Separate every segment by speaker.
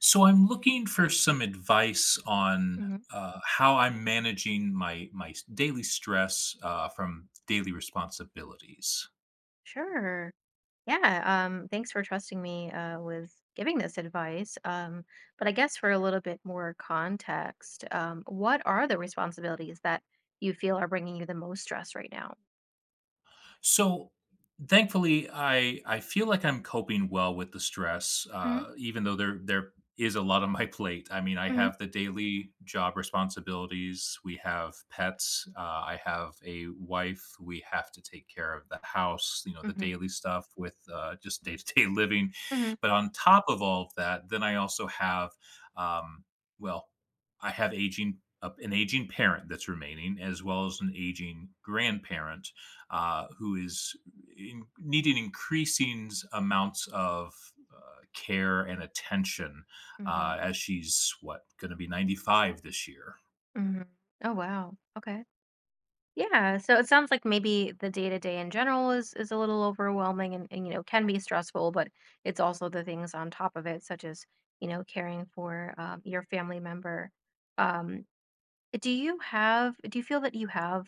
Speaker 1: So I'm looking for some advice on
Speaker 2: Mhm.
Speaker 1: how I'm managing my daily stress from daily responsibilities.
Speaker 2: Sure. Yeah. Thanks for trusting me with giving this advice. But I guess for a little bit more context, what are the responsibilities that you feel are bringing you the most stress right now?
Speaker 1: So thankfully, I feel like I'm coping well with the stress,
Speaker 2: Mm-hmm.
Speaker 1: even though there is a lot on my plate. I mean, I
Speaker 2: Mm-hmm.
Speaker 1: have the daily job responsibilities. We have pets. I have a wife. We have to take care of the house. You know, the
Speaker 2: Mm-hmm.
Speaker 1: daily stuff with just day to day living. But on top of all of that, then I also have, um, well, I have aging. An aging parent that's remaining, as well as an aging grandparent who is needing increasing amounts of uh, care and attention
Speaker 2: Mm-hmm.
Speaker 1: as she's what going to be 95 this year.
Speaker 2: Mm-hmm. Oh, wow. Okay. Yeah. So it sounds like maybe the day to day in general is a little overwhelming and, you know, can be stressful, but it's also the things on top of it, such as, you know, caring for your family member. Um, Do you have do you feel that you have,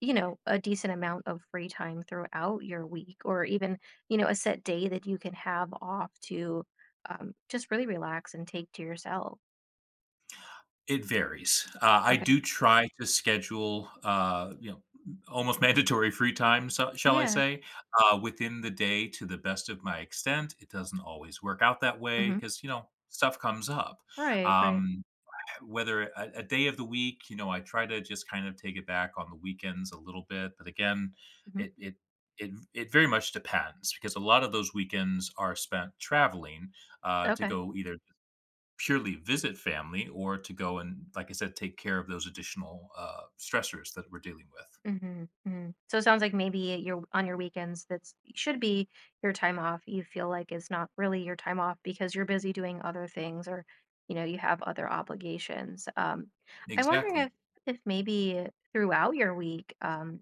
Speaker 2: you know, a decent amount of free time throughout your week or even, you know, a set day that you can have off to just really relax and take to yourself?
Speaker 1: It varies. I
Speaker 2: Okay.
Speaker 1: do try to schedule, you know, almost mandatory free time, so, shall I
Speaker 2: Yeah.
Speaker 1: say, within the day to the best of my extent. It doesn't always work out that way
Speaker 2: Hmm.
Speaker 1: because you know stuff comes up.
Speaker 2: Right, right.
Speaker 1: Um, whether a day of the week, you know, I try to just kind of take it back on the weekends a little bit. But again,
Speaker 2: Hmm.
Speaker 1: it it it very much depends because a lot of those weekends are spent traveling to
Speaker 2: Okay.
Speaker 1: go either purely visit family or to go and, like I said, take care of those additional stressors that we're dealing with.
Speaker 2: Mhm, mhm. So it sounds like maybe you're on your weekends that's should be your time off, you feel like it's not really your time off because you're busy doing other things or, you know, you have other obligations. I'm wondering
Speaker 1: Exactly.
Speaker 2: if maybe throughout your week,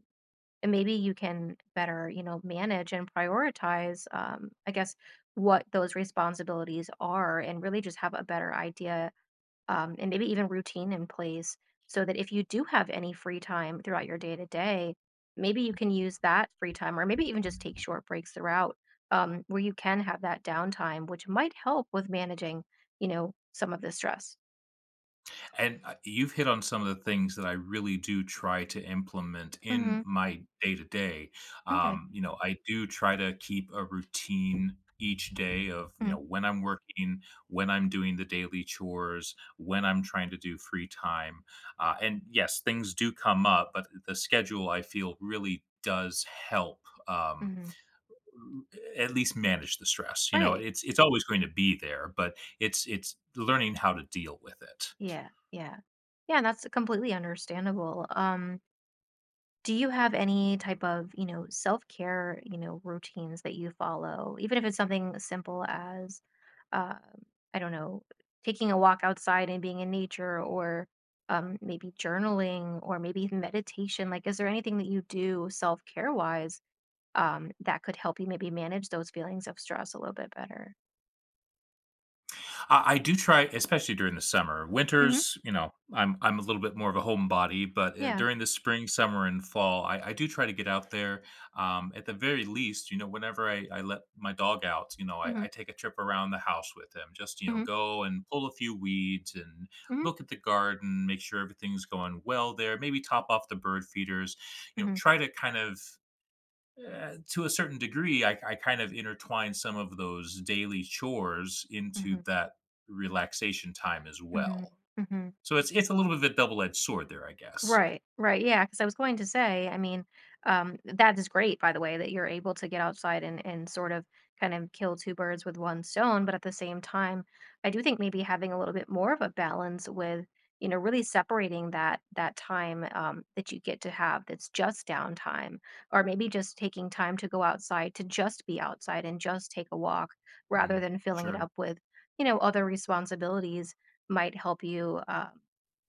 Speaker 2: and maybe you can better, you know, manage and prioritize, I guess, what those responsibilities are and really just have a better idea and maybe even routine in place so that if you do have any free time throughout your day to day, maybe you can use that free time or maybe even just take short breaks throughout where you can have that downtime, which might help with managing, you know, some of the stress.
Speaker 1: And, you've hit on some of the things that I really do try to implement in
Speaker 2: Hmm.
Speaker 1: my day to day.
Speaker 2: Okay.
Speaker 1: You know, I do try to keep a routine each day of, you know, when I'm working, when I'm doing the daily chores, when I'm trying to do free time. And yes, things do come up, but the schedule I feel really does help. Um,
Speaker 2: Mm-hmm.
Speaker 1: at least manage the stress. You know,
Speaker 2: Right.
Speaker 1: it's always going to be there, but it's learning how to deal with it.
Speaker 2: Yeah. Yeah. Yeah. And that's completely understandable. Do you have any type of, you know, self-care, you know, routines that you follow? Even if it's something as simple as, um, I don't know, taking a walk outside and being in nature or maybe journaling or maybe even meditation. Like, is there anything that you do self-care wise that could help you maybe manage those feelings of stress a little bit better?
Speaker 1: I do try, especially during the summer.
Speaker 2: Hmm.
Speaker 1: Winters, you know, I'm a little bit more of a homebody, but
Speaker 2: Yeah.
Speaker 1: during the spring, summer, and fall, I do try to get out there. At the very least, you know, whenever I let my dog out, you know, I,
Speaker 2: Hmm.
Speaker 1: I take a trip around the house with him. Just you know,
Speaker 2: Hmm.
Speaker 1: go and pull a few weeds and
Speaker 2: Hmm.
Speaker 1: look at the garden, make sure everything's going well there. Maybe top off the bird feeders. You know,
Speaker 2: Hmm.
Speaker 1: try to kind of to a certain degree, I kind of intertwine some of those daily chores into
Speaker 2: Hmm.
Speaker 1: that relaxation time as
Speaker 2: Hmm.
Speaker 1: well.
Speaker 2: Hmm.
Speaker 1: So it's a little bit of a double edged sword there, I guess.
Speaker 2: Right, right, yeah. Because I was going to say, I mean, that is great, by the way, that you're able to get outside and sort of kind of kill 2 birds with 1 stone, but at the same time, I do think maybe having a little bit more of a balance with, you know, really separating that time, that you get to have that's just downtime, or maybe just taking time to go outside to just be outside and just take a walk rather
Speaker 1: Mm,
Speaker 2: than filling it
Speaker 1: sure,
Speaker 2: up with, you know, other responsibilities might help you,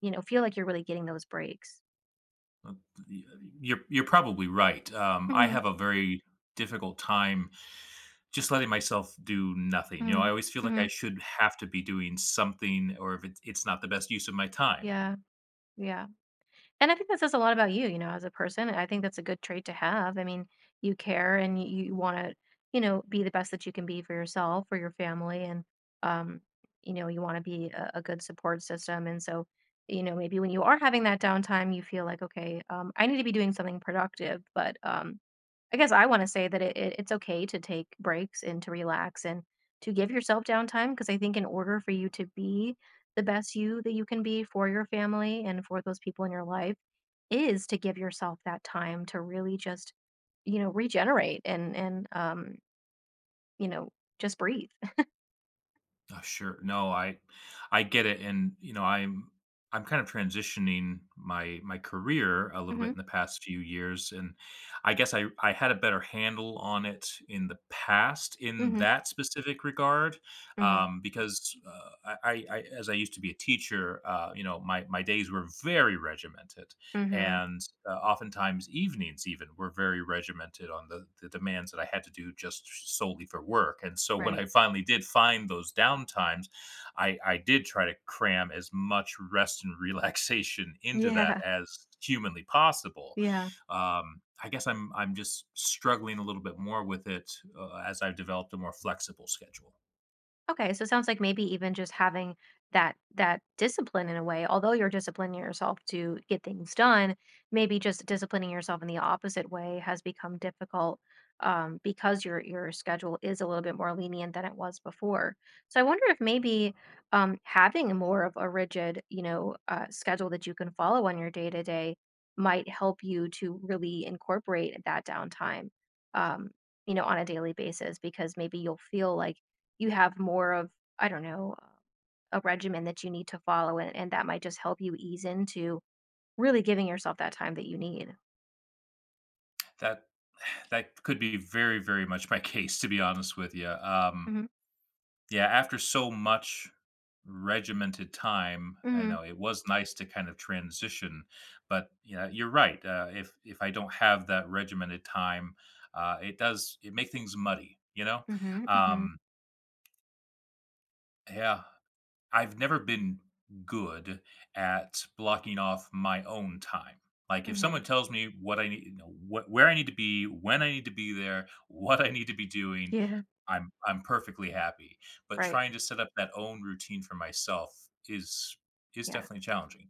Speaker 2: you know, feel like you're really getting those breaks.
Speaker 1: Uh, y- you're probably right. I
Speaker 2: Mhm,
Speaker 1: have a very difficult time just letting myself do nothing. You know, I
Speaker 2: mhm,
Speaker 1: always feel like I
Speaker 2: mhm.
Speaker 1: should have to be doing something, or if it's not the best use of my time.
Speaker 2: Yeah, yeah, and I think that says a lot about you, you know, as a person, and I think that's a good trait to have. I mean, you care and y you wanna, you know, be the best that you can be for yourself, for your family, and, um, you know, you wanna be a good support system, and so, you know, maybe when you are having that downtime, you feel like, "Okay, I need to be doing something productive," but, I guess I wanna say that it's okay to take breaks and to relax and to give yourself downtime because I think in order for you to be the best you that you can be for your family and for those people in your life, is to give yourself that time to really just, you know, regenerate and you know, just breathe.
Speaker 1: Oh, sure. No. I get it. And you know, I'm kind of transitioning my career a little bit
Speaker 2: Mhm.
Speaker 1: in the past few years. And I guess I had a better handle on it in the past in
Speaker 2: Mhm.
Speaker 1: that specific regard.
Speaker 2: Mhm.
Speaker 1: Because I as I used to be a teacher, you know, my days were very regimented.
Speaker 2: Mhm.
Speaker 1: And oftentimes evenings even were very regimented on the demands that I had to do just solely for work. And so when I
Speaker 2: Right.
Speaker 1: finally did find those downtimes, I did try to cram as much rest and relaxation into that
Speaker 2: Yeah.
Speaker 1: as humanly possible.
Speaker 2: Yeah.
Speaker 1: I guess I'm just struggling a little bit more with it as I've developed a more flexible schedule.
Speaker 2: Okay, so it sounds like maybe even just having that discipline in a way, although you're disciplining yourself to get things done, maybe just disciplining yourself in the opposite way has become difficult because your schedule is a little bit more lenient than it was before. So I wonder if maybe having more of a rigid, you know, schedule that you can follow on your day to day might help you to really incorporate that downtime, um, you know, on a daily basis because maybe you'll feel like you have more of, I don't know, a regimen that you need to follow, and that might just help you ease into really giving yourself that time that you need.
Speaker 1: That that could be very very much my case to be honest with you.
Speaker 2: Mhm.
Speaker 1: Yeah, after so much regimented time, I
Speaker 2: Mhm.
Speaker 1: know it was nice to kind of transition, but yeah, you're right. If I don't have that regimented time, it does it make things muddy, you know?
Speaker 2: Mhm. Mhm.
Speaker 1: Um, yeah, I've never been good at blocking off my own time. Like if
Speaker 2: Mhm.
Speaker 1: someone tells me what I need, you know, what where I need to be, when I need to be there, what I need to be doing,
Speaker 2: Yeah.
Speaker 1: I'm perfectly happy. But
Speaker 2: Right.
Speaker 1: trying to set up that own routine for myself is
Speaker 2: Yeah.
Speaker 1: definitely challenging.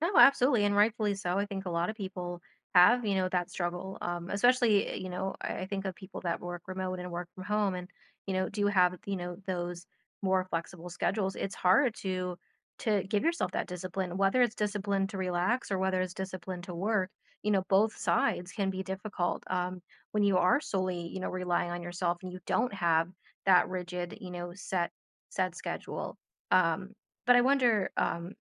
Speaker 2: No, absolutely, and rightfully so. I think a lot of people have, you know, that struggle. Especially, you know, I think of people that work remote and work from home, and you know, do have, you know, those more flexible schedules. It's hard to give yourself that discipline, whether it's discipline to relax or whether it's discipline to work. You know, both sides can be difficult when you are solely, you know, relying on yourself and you don't have that rigid, you know, set schedule. Um, but I wonder,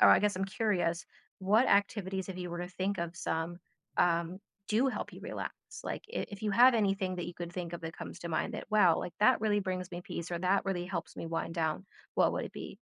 Speaker 2: or I guess I'm curious what activities, if you were to think of some, um, do help you relax? Like, if you have anything that you could think of that comes to mind that, wow, like that really brings me peace or that really helps me wind down, what would it be?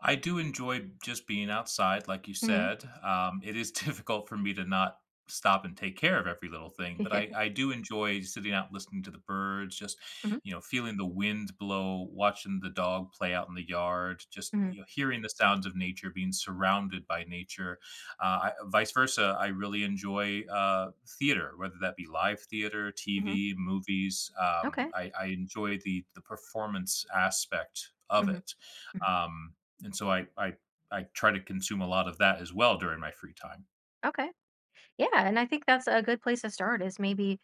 Speaker 1: I do enjoy just being outside, like you
Speaker 2: Hmm.
Speaker 1: said. It is difficult for me to not stop and take care of every little thing, but I, I do enjoy sitting out listening to the birds, just
Speaker 2: Hmm.
Speaker 1: you know, feeling the wind blow, watching the dog play out in the yard, just
Speaker 2: Hmm.
Speaker 1: you know, hearing the sounds of nature, being surrounded by nature. Vice versa, I really enjoy theater, whether that be live theater,
Speaker 2: Hmm.
Speaker 1: TV, movies. Um,
Speaker 2: Okay.
Speaker 1: I, I enjoy the performance aspect of
Speaker 2: Hmm.
Speaker 1: it.
Speaker 2: Hmm.
Speaker 1: Um, and so I try to consume a lot of that as well during my free time.
Speaker 2: Okay. Yeah, and I think that's a good place to start is maybe,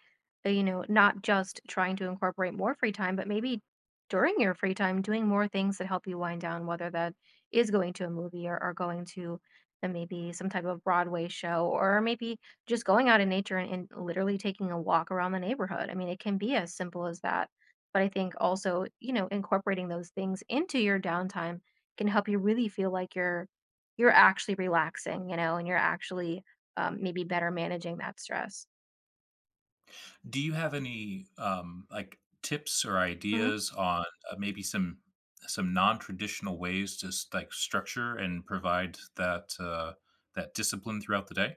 Speaker 2: you know, not just trying to incorporate more free time, but maybe during your free time doing more things that help you wind down, whether that is going to a movie or going to maybe some type of Broadway show or maybe just going out in nature and literally taking a walk around the neighborhood. I mean, it can be as simple as that. But I think also, you know, incorporating those things into your downtime can help you really feel like you're actually relaxing, you know, and you're actually maybe better managing that stress.
Speaker 1: Do you have any, like, tips or
Speaker 2: Hmm.
Speaker 1: ideas on, maybe some non-traditional ways to s like, structure and provide that, that discipline throughout the day?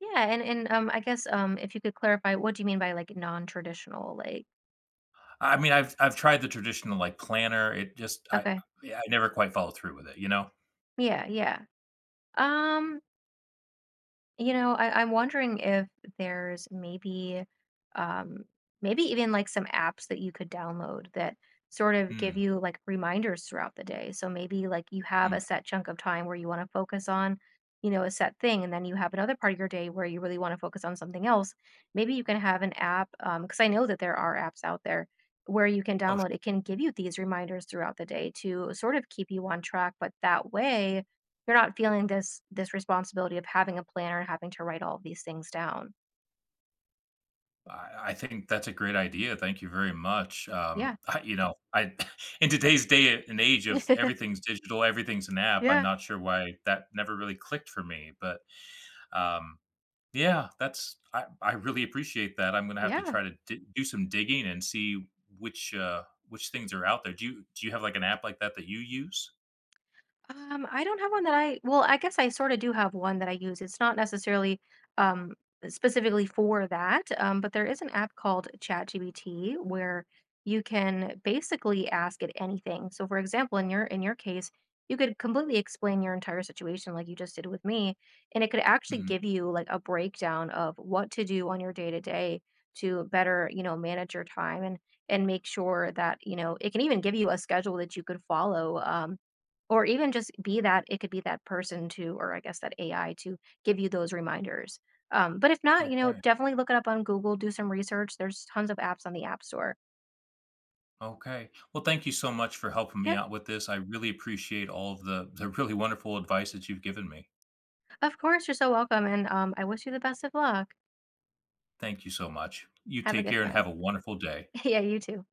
Speaker 2: Yeah, and I guess if you could clarify, what do you mean by like non-traditional? Like,
Speaker 1: I mean, I've tried the traditional, like, planner. It just
Speaker 2: okay,
Speaker 1: I never quite follow through with it, you know?
Speaker 2: yeah, yeah. Um, You know, I'm wondering if there's maybe, um, maybe even like some apps that you could download that sort of give
Speaker 1: Mm,
Speaker 2: you like reminders throughout the day. So maybe like you have
Speaker 1: mm.
Speaker 2: a set chunk of time where you want to focus on, you know, a set thing, and then you have another part of your day where you really want to focus on something else. Maybe you can have an app, because I know that there are apps out there where you can
Speaker 1: Oh,
Speaker 2: download. It can give you these reminders throughout the day to sort of keep you on track, but that way you're not feeling this responsibility of having a planner and having to write all of these things down.
Speaker 1: I think that's a great idea. Thank you very much.
Speaker 2: Yeah.
Speaker 1: I, you know, I in today's day and age of everything's digital, everything's an app. I'm
Speaker 2: Yeah.
Speaker 1: not sure why that never really clicked for me, but um, yeah, that's I really appreciate that. I'm gonna have to
Speaker 2: Yeah.
Speaker 1: try to do some digging and see which things are out there. Do you have like an app like that that you use?
Speaker 2: I don't have one that I well, I guess I sorta do have one that I use. It's not necessarily, um, specifically for that, but there is an app called ChatGPT where you can basically ask it anything. So, for example, in your case, you could completely explain your entire situation like you just did with me, and it could actually
Speaker 1: Mhm.
Speaker 2: give you, like, a breakdown of what to do on your day-to-day to day to better, you know, manage your time and make sure that, you know it can even give you a schedule that you could follow, or even just be that it could be that person to or I guess that AI to give you those reminders. But if not, you know,
Speaker 1: Okay.
Speaker 2: definitely look it up on Google, do some research. There's tons of apps on the App Store.
Speaker 1: Okay, well, thank you so much for helping me
Speaker 2: Yeah,
Speaker 1: out with this. I really appreciate all of the really wonderful advice that you've given me.
Speaker 2: of course, you're so welcome, and, I wish you the best of luck.
Speaker 1: Thank you so much. You
Speaker 2: Have a
Speaker 1: take
Speaker 2: good
Speaker 1: care and
Speaker 2: one.
Speaker 1: have a wonderful day.
Speaker 2: Yeah, you too.